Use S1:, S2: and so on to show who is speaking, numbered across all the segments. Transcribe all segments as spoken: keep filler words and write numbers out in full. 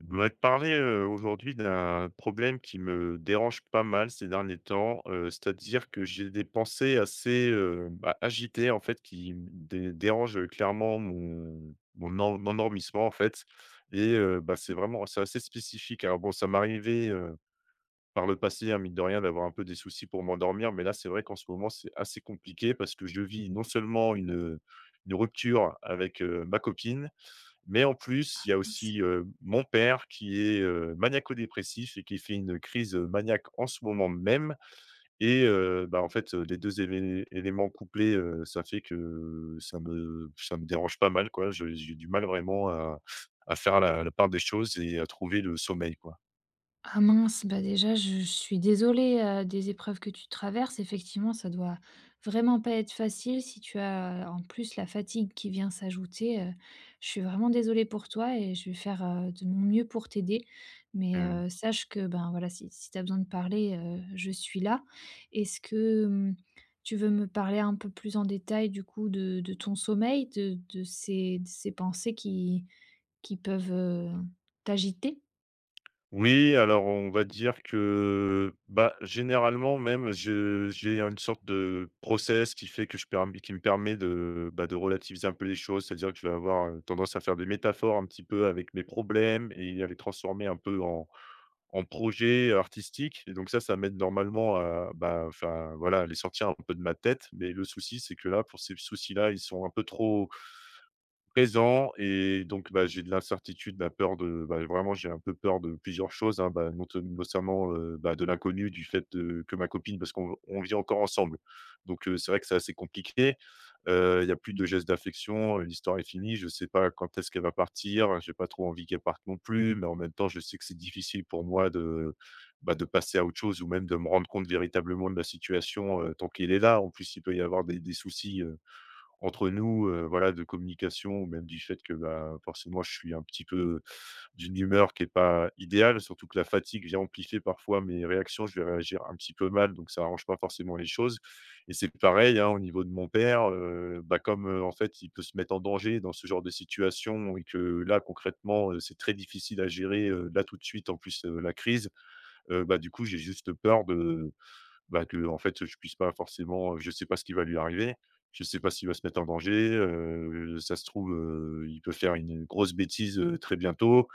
S1: Je voudrais te parler euh, aujourd'hui d'un problème qui me dérange pas mal ces derniers temps, euh, c'est-à-dire que j'ai des pensées assez euh, bah, agitées en fait qui me dé- dérangent clairement mon, mon en- mon endormissement en fait. Et euh, bah, c'est vraiment c'est assez spécifique. Alors bon, ça m'est arrivé euh, par le passé, hein, mine de rien, d'avoir un peu des soucis pour m'endormir, mais là c'est vrai qu'en ce moment c'est assez compliqué parce que je vis non seulement une, une rupture avec euh, ma copine, mais en plus, il y a
S2: Mince.
S1: aussi, heu, mon père qui est, heu, maniaco-dépressif et qui fait une crise, heu, maniaque en ce moment même et heu, bah, en fait, heu, les deux évén éléments couplés, heu, ça fait que ça me ça me dérange pas mal, quoi. Je j'ai du mal vraiment à à faire la la part des choses et à trouver le sommeil, quoi.
S2: Ah mince, bah, déjà je je suis désolée, heu, des épreuves que tu traverses. Effectivement, ça doit vraiment pas être facile si tu as euh, en plus la fatigue qui vient s'ajouter. Heu, je suis vraiment désolée pour toi et je vais faire, heu, de mon mieux pour t'aider. Mais,
S1: Mmh.
S2: heu, sache que, ben, voilà, si si tu as besoin de parler, heu, je suis là. Est-ce que, hem, tu veux me parler un peu plus en détail du coup de de ton sommeil, de de ces de ces pensées qui qui peuvent, heu, t'agiter?
S1: Oui, alors on va dire que, bah, généralement même, je j'ai une sorte de process qui fait que je permets qui me permet de, bah, de relativiser un peu les choses. C'est-à-dire que je vais avoir, heu, tendance à faire des métaphores un petit peu avec mes problèmes et à les transformer un peu en en projets artistiques et donc ça, ça m'aide normalement à, bah, enfin, voilà, à les sortir un peu de ma tête. Mais le souci, c'est que là, pour ces soucis-là, ils sont un peu trop présent et donc bah, j'ai de l'incertitude, la peur de bah, vraiment j'ai un peu peur de plusieurs choses, hein, bah, not notamment, heu, bah, de l'inconnu, du fait, heu, que ma copine parce qu'on on vit encore ensemble. Donc heu, c'est vrai que c'est assez compliqué. Heu, il y a plus de gestes d'affection, heu, l'histoire est finie, je sais pas quand est-ce qu'elle va partir, j'ai pas trop envie qu'elle parte non plus, mais en même temps, je sais que c'est difficile pour moi de, bah, de passer à autre chose ou même de me rendre compte véritablement de la situation, heu, tant qu'il est là. En plus, il peut y avoir des des soucis, entre nous, heu, voilà, de communication ou même du fait que, bah, forcément, je suis un petit peu d'une humeur qui n'est pas idéale, surtout que la fatigue vient amplifier parfois mes réactions. Je vais réagir un petit peu mal, donc ça arrange pas forcément les choses et c'est pareil, hein, au niveau de mon père, heu, bah, comme, heu, en fait, il peut se mettre en danger dans ce genre de situation et que là, concrètement, heu, c'est très difficile à gérer, heu, là, tout de suite, en plus, heu, la crise, heu, bah, du coup, j'ai juste peur de bah, que, en fait, je puisse pas forcément je sais pas ce qui va lui arriver. Je sais pas s'il va se mettre en danger, heu, ça se trouve, heu, il peut faire une grosse bêtise, heu, très bientôt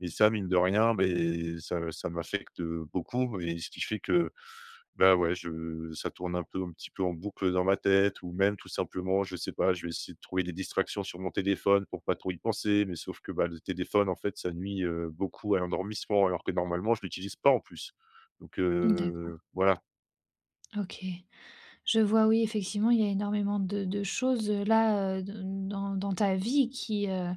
S1: et ça, mine de rien, beh, ça ça m'affecte, beaucoup et ce qui fait que, bah, ouais, je ça tourne un peu un petit peu en boucle dans ma tête ou même tout simplement, je sais pas, je vais essayer de trouver des distractions sur mon téléphone pour pas trop y penser, mais sauf que, bah, le téléphone, en fait, ça nuit, heu, beaucoup à l'endormissement alors que normalement je l'utilise pas en plus. Donc
S2: Oui.
S1: heu, voilà.
S2: OK. Je vois, oui, effectivement, il y a énormément de de choses, heu, là, heu, d dans dans ta vie qui, heu,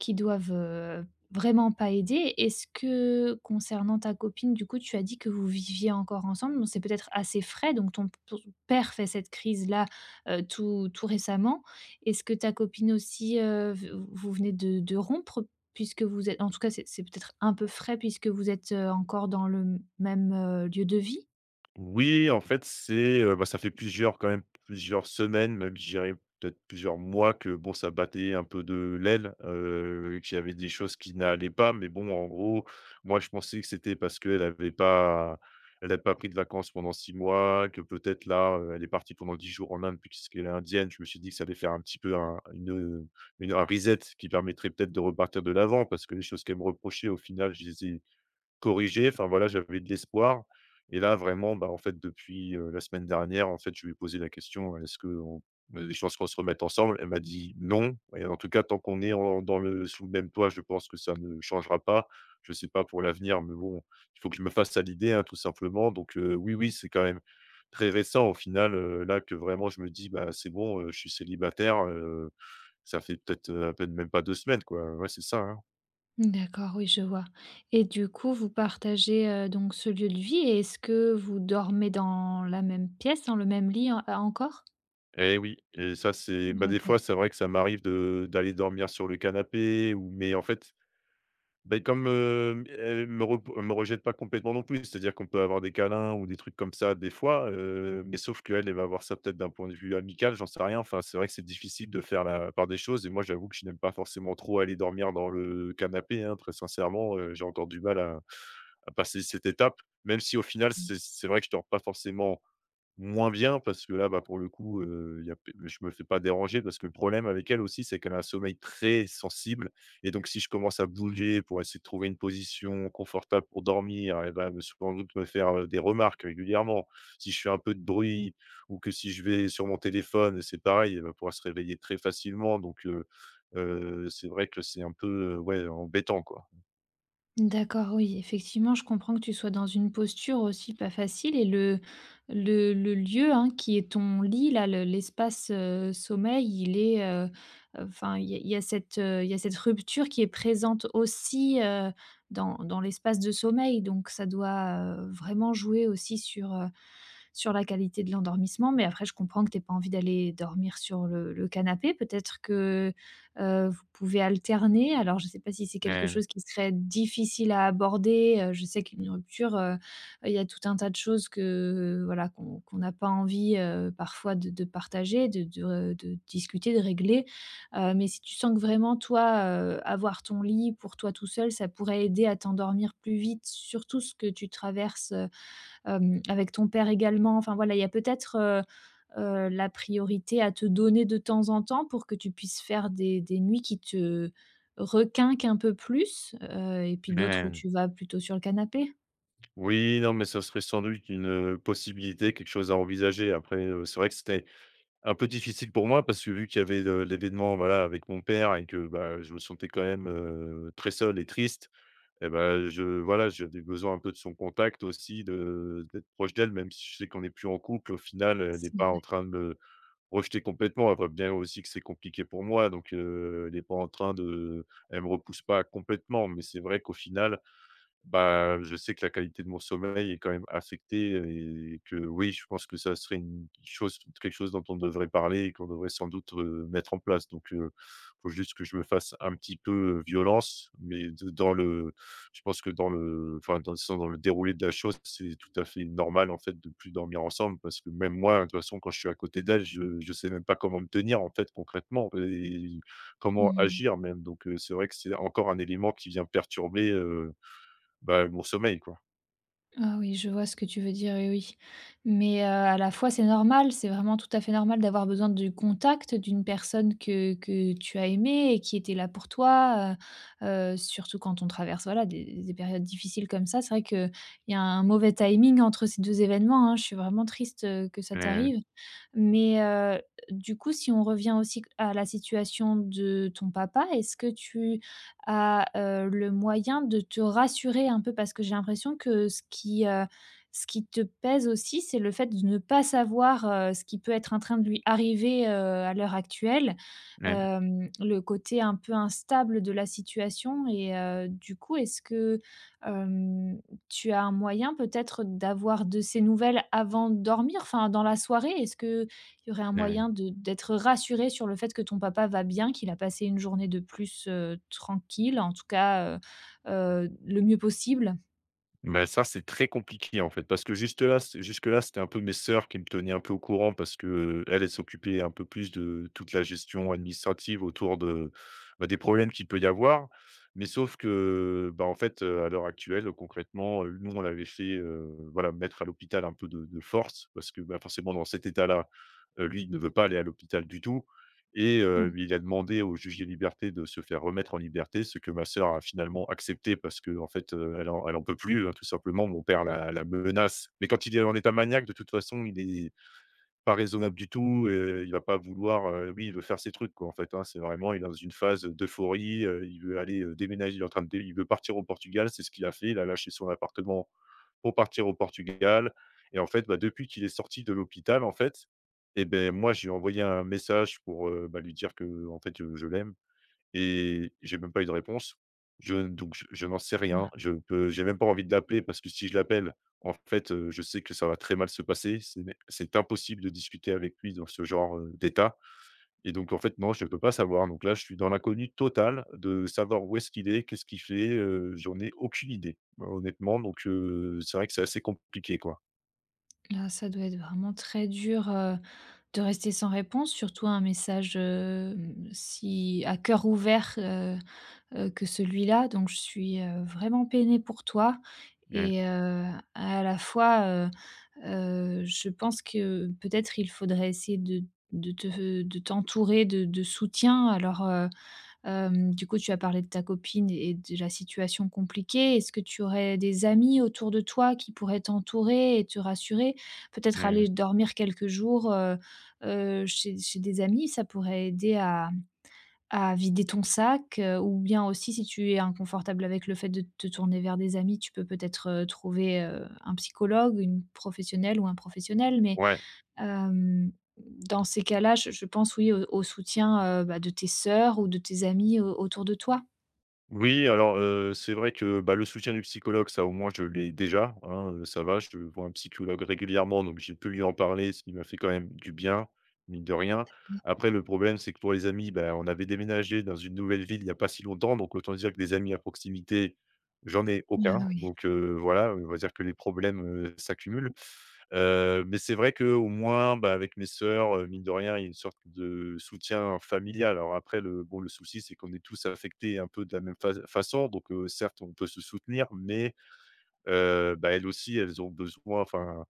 S2: qui doivent, heu, vraiment pas aider. Est-ce que concernant ta copine, du coup, tu as dit que vous viviez encore ensemble? Bon, c'est peut-être assez frais, donc ton ton père fait cette crise-là, heu, tout tout récemment. Est-ce que ta copine aussi, heu, v vous venez de de rompre? Puisque vous êtes, en tout cas, c'est c'est peut-être un peu frais puisque vous êtes, heu, encore dans le même, heu, lieu de vie?
S1: Oui, en fait, c'est, heu, bah, ça fait plusieurs quand même, plusieurs semaines, même je dirais peut-être plusieurs mois que bon, ça battait un peu de l'aile, heu, qu'il y avait des choses qui n'allaient pas. Mais bon, en gros, moi, je pensais que c'était parce qu'elle avait pas elle a pas pris de vacances pendant six mois, que peut-être là, heu, elle est partie pendant dix jours en Inde puisqu'elle est indienne. Je me suis dit que ça allait faire un petit peu un une, une un reset qui permettrait peut-être de repartir de l'avant parce que les choses qu'elle me reprochait au final, je les ai corriger, enfin voilà, j'avais de l'espoir et là vraiment, bah, en fait depuis, heu, la semaine dernière, en fait, je lui ai posé la question: «Est-ce que il y chances qu'on se remette ensemble?» Elle m'a dit: «Non» et en tout cas tant qu'on est en dans le sous le même toit, je pense que ça ne changera pas. Je ne sais pas pour l'avenir, mais bon, il faut que je me fasse à l'idée, hein, tout simplement donc heu, oui, oui, c'est quand même très récent au final, heu, là que vraiment je me dis: «Bah, c'est bon, heu, je suis célibataire», heu, ça fait peut-être, heu, à peine même pas deux semaines quoi, ouais, c'est ça, hein.
S2: D'accord, oui, je vois. Et du coup, vous partagez, heu, donc ce lieu de vie, et est-ce que vous dormez dans la même pièce, dans le même lit en euh, encore?
S1: Et oui, et ça, c'est bah, des fois,
S2: OK.
S1: c'est vrai que ça m'arrive de d'aller dormir sur le canapé ou mais en fait, bah comme, hem, elle me rep elle me rejette pas complètement non plus. C'est-à-dire qu'on peut avoir des câlins ou des trucs comme ça des fois, heu, mais sauf qu'elle, elle va voir ça peut-être d'un point de vue amical, j'en sais rien. Enfin, c'est vrai que c'est difficile de faire la part des choses et moi, j'avoue que je n'aime pas forcément trop aller dormir dans le canapé, hein, très sincèrement, heu, j'ai encore du mal à à passer cette étape, même si au final, c'est c'est vrai que je dors pas forcément moins bien parce que là, bah, pour le coup, heu, y a p je me fais pas déranger parce que le problème avec elle aussi, c'est qu'elle a un sommeil très sensible et donc si je commence à bouger pour essayer de trouver une position confortable pour dormir, elle va me sans doute me faire, heu, des remarques régulièrement. Si je fais un peu de bruit ou que si je vais sur mon téléphone, c'est pareil, elle va pouvoir se réveiller très facilement donc heu, heu, c'est vrai que c'est un peu, heu, ouais, embêtant, quoi.
S2: D'accord, oui, effectivement, je comprends que tu sois dans une posture aussi pas facile, et le le le lieu, hein, qui est ton lit là, le l'espace, heu, sommeil, il est, heu, enfin, il y a il y a cette, heu, il y a cette rupture qui est présente aussi, heu, dans dans l'espace de sommeil, donc ça doit, heu, vraiment jouer aussi sur, heu sur la qualité de l'endormissement. Mais après, je comprends que t'aies pas envie d'aller dormir sur le le canapé. Peut-être que, heu, vous pouvez alterner. Alors, je ne sais pas si c'est quelque
S1: Mmh mh.
S2: chose qui serait difficile à aborder. Heu, je sais qu'une rupture, heu, il y a tout un tas de choses que, voilà, qu'on qu'on n'a pas envie, heu, parfois de de partager, de de, de discuter, de régler. Heu, mais si tu sens que vraiment, toi, heu, avoir ton lit pour toi tout seul, ça pourrait aider à t'endormir plus vite, surtout ce que tu traverses, euh, hem, avec ton père également. Enfin voilà, il y a peut-être, heu heu, la priorité à te donner de temps en temps pour que tu puisses faire des des nuits qui te requinquent un peu plus, heu et puis d'autres où
S1: Mmh.
S2: tu vas plutôt sur le canapé?
S1: Oui, non, mais ce serait sans doute une, heu, possibilité, quelque chose à envisager. Après, heu, c'est vrai que c'était un peu difficile pour moi parce que vu qu'il y avait le l'événement, voilà, avec mon père et que, bah, je me sentais quand même, heu, très seul et triste et bah, je voilà, j'avais besoin un peu de son contact aussi, de d'être proche d'elle, même si je sais qu'on n'est plus en couple, au final, elle n'est
S2: C'est
S1: pas en train de me rejeter complètement. Elle voit bien aussi que c'est compliqué pour moi donc, heu, elle n'est pas en train de elle me repousse pas complètement mais c'est vrai qu'au final, bah, je sais que la qualité de mon sommeil est quand même affectée et que oui, je pense que ça serait une chose quelque chose dont on devrait parler et qu'on devrait sans doute, heu, mettre en place. Donc, heu, faut juste que je me fasse un petit peu, heu, violence, mais de dans le je pense que dans le enfin, dans le dans le déroulé de la chose, c'est tout à fait normal, en fait, de plus dormir ensemble parce que même moi, de toute façon, quand je suis à côté d'elle, je je sais même pas comment me tenir, en fait, concrètement et comment
S2: mmh.
S1: agir même. Donc, heu, c'est vrai que c'est encore un élément qui vient perturber, heu bah, mon sommeil, quoi.
S2: Ah oui, je vois ce que tu veux dire, oui, oui. Mais, heu, à la fois c'est normal, c'est vraiment tout à fait normal d'avoir besoin du contact d'une personne que que tu as aimée et qui était là pour toi, heu heu, surtout quand on traverse, voilà, des des périodes difficiles comme ça. C'est vrai qu'il y a un mauvais timing entre ces deux événements, hein. Je suis vraiment triste, heu, que ça
S1: Mmh.
S2: t'arrive. Mais, heu, du coup, si on revient aussi à la situation de ton papa, est-ce que tu, à, heu, le moyen de te rassurer un peu? Parce que j'ai l'impression que ce qui, heu, ce qui te pèse aussi, c'est le fait de ne pas savoir, heu, ce qui peut être en train de lui arriver, heu, à l'heure actuelle.
S1: Mmh.
S2: Hem, le côté un peu instable de la situation, et heu, du coup, est-ce que, hem, tu as un moyen peut-être d'avoir de ses nouvelles avant de dormir? Enfin, dans la soirée, est-ce que il y aurait un
S1: Mmh.
S2: moyen de d'être rassuré sur le fait que ton papa va bien, qu'il a passé une journée de plus, heu, tranquille, en tout cas, heu heu, le mieux possible?
S1: Bah, ça, c'est très compliqué, en fait, parce que juste là c jusque-là, c'était un peu mes sœurs qui me tenaient un peu au courant parce qu'elles, elles s'occupaient un peu plus de toute la gestion administrative autour de, bah, des problèmes qu'il peut y avoir. Mais sauf que, bah, en fait, heu, à l'heure actuelle, concrètement, heu, nous, on l'avait fait, heu, voilà, mettre à l'hôpital un peu de de force parce que, bah, forcément, dans cet état-là, heu, lui, il ne veut pas aller à l'hôpital du tout. Et heu,
S2: Bon,
S1: il a demandé au juge des libertés de se faire remettre en liberté, ce que ma sœur a finalement accepté parce que en fait, heu, elle en elle en peut plus, hein, tout simplement. Mon père la la menace, mais quand il est en état maniaque, de toute façon, il est pas raisonnable du tout, et il va pas vouloir, heu, lui, il veut faire ses trucs, quoi, en fait, hein. C'est vraiment il est dans une phase d'euphorie, heu, il veut aller, heu, déménager, il est en train de dé il veut partir au Portugal, c'est ce qu'il a fait, il a lâché son appartement pour partir au Portugal et en fait, bah, depuis qu'il est sorti de l'hôpital, en fait, et ben moi, j'ai envoyé un message pour, heu, bah, lui dire que en fait, heu, je l'aime et j'ai même pas eu de réponse. Je donc je je n'en sais rien. Je peux j'ai même pas envie de l'appeler parce que si je l'appelle, en fait, heu, je sais que ça va très mal se passer. C'est c'est impossible de discuter avec lui dans ce genre, heu, d'état. Et donc en fait, non, je ne peux pas savoir. Donc là, je suis dans l'inconnu total de savoir où est-ce qu'il est, qu'est-ce qu'il fait, heu, j'en ai aucune idée, honnêtement. Donc heu, c'est vrai que c'est assez compliqué, quoi.
S2: là, ça doit être vraiment très dur, heu, de rester sans réponse, surtout un message, hem, si à cœur ouvert, heu heu, que celui-là. Donc je suis, heu, vraiment peinée pour toi,
S1: Mmh
S2: et heu, à la fois, euh, Heu, je pense que peut-être il faudrait essayer de de te de t'entourer de de soutien. Alors, heu, hem, du coup, tu as parlé de ta copine et de la situation compliquée. Est-ce que tu aurais des amis autour de toi qui pourraient t'entourer et te rassurer? Peut-être
S1: mh.
S2: aller dormir quelques jours, heu heu, chez chez des amis, ça pourrait aider à à vider ton sac, heu, ou bien aussi si tu es inconfortable avec le fait de te tourner vers des amis, tu peux peut-être, heu, trouver, heu, un psychologue, une professionnelle ou un professionnel. Mais,
S1: Ouais.
S2: hem, dans ces cas-là, je je pense oui au au soutien, heu, bah, de tes sœurs ou de tes amis au autour de toi.
S1: Oui, alors, heu, c'est vrai que, bah, le soutien du psychologue, ça, au moins, je l'ai déjà, hein, heu, ça va, je vois un psychologue régulièrement, donc j'ai pu lui en parler, ce qui m'a fait quand même du bien, mine de rien. Après, le problème, c'est que pour les amis, bah, on avait déménagé dans une nouvelle ville il n'y a pas si longtemps, donc autant dire que des amis à proximité, j'en ai
S2: Ah
S1: aucun.
S2: oui,
S1: Donc, heu, voilà, on va dire que les problèmes, heu, s'accumulent. Heu, mais c'est vrai que au moins, bah, avec mes sœurs, heu, mine de rien, il y a une sorte de soutien familial. Alors après le bon, le souci, c'est qu'on est tous affectés un peu de la même fa façon donc heu, certes, on peut se soutenir mais heu, bah, elles aussi, elles ont besoin enfin,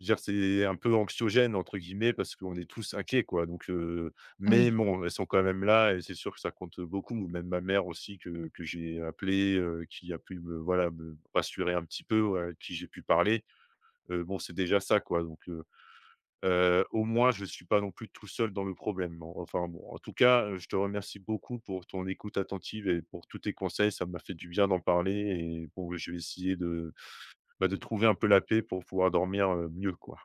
S1: je veux dire, c'est un peu «anxiogène» entre guillemets parce qu'on est tous inquiets, quoi donc heu, mais
S2: oui.
S1: bon, elles sont quand même là et c'est sûr que ça compte beaucoup. Même ma mère aussi que que j'ai appelée, heu, qui a pu me voilà, me rassurer un petit peu, ouais, à qui j'ai pu parler. Heu, bon, c'est déjà ça, quoi donc Heu, au moins je ne suis pas non plus tout seul dans le problème. Bon, enfin bon, en tout cas, heu, je te remercie beaucoup pour ton écoute attentive et pour tous tes conseils. Ça m'a fait du bien d'en parler et bon, je vais essayer de, bah, de trouver un peu la paix pour pouvoir dormir, heu, mieux, quoi.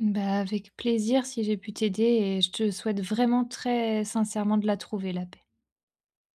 S2: Bah, avec plaisir si j'ai pu t'aider, et je te souhaite vraiment très sincèrement de la trouver, la paix.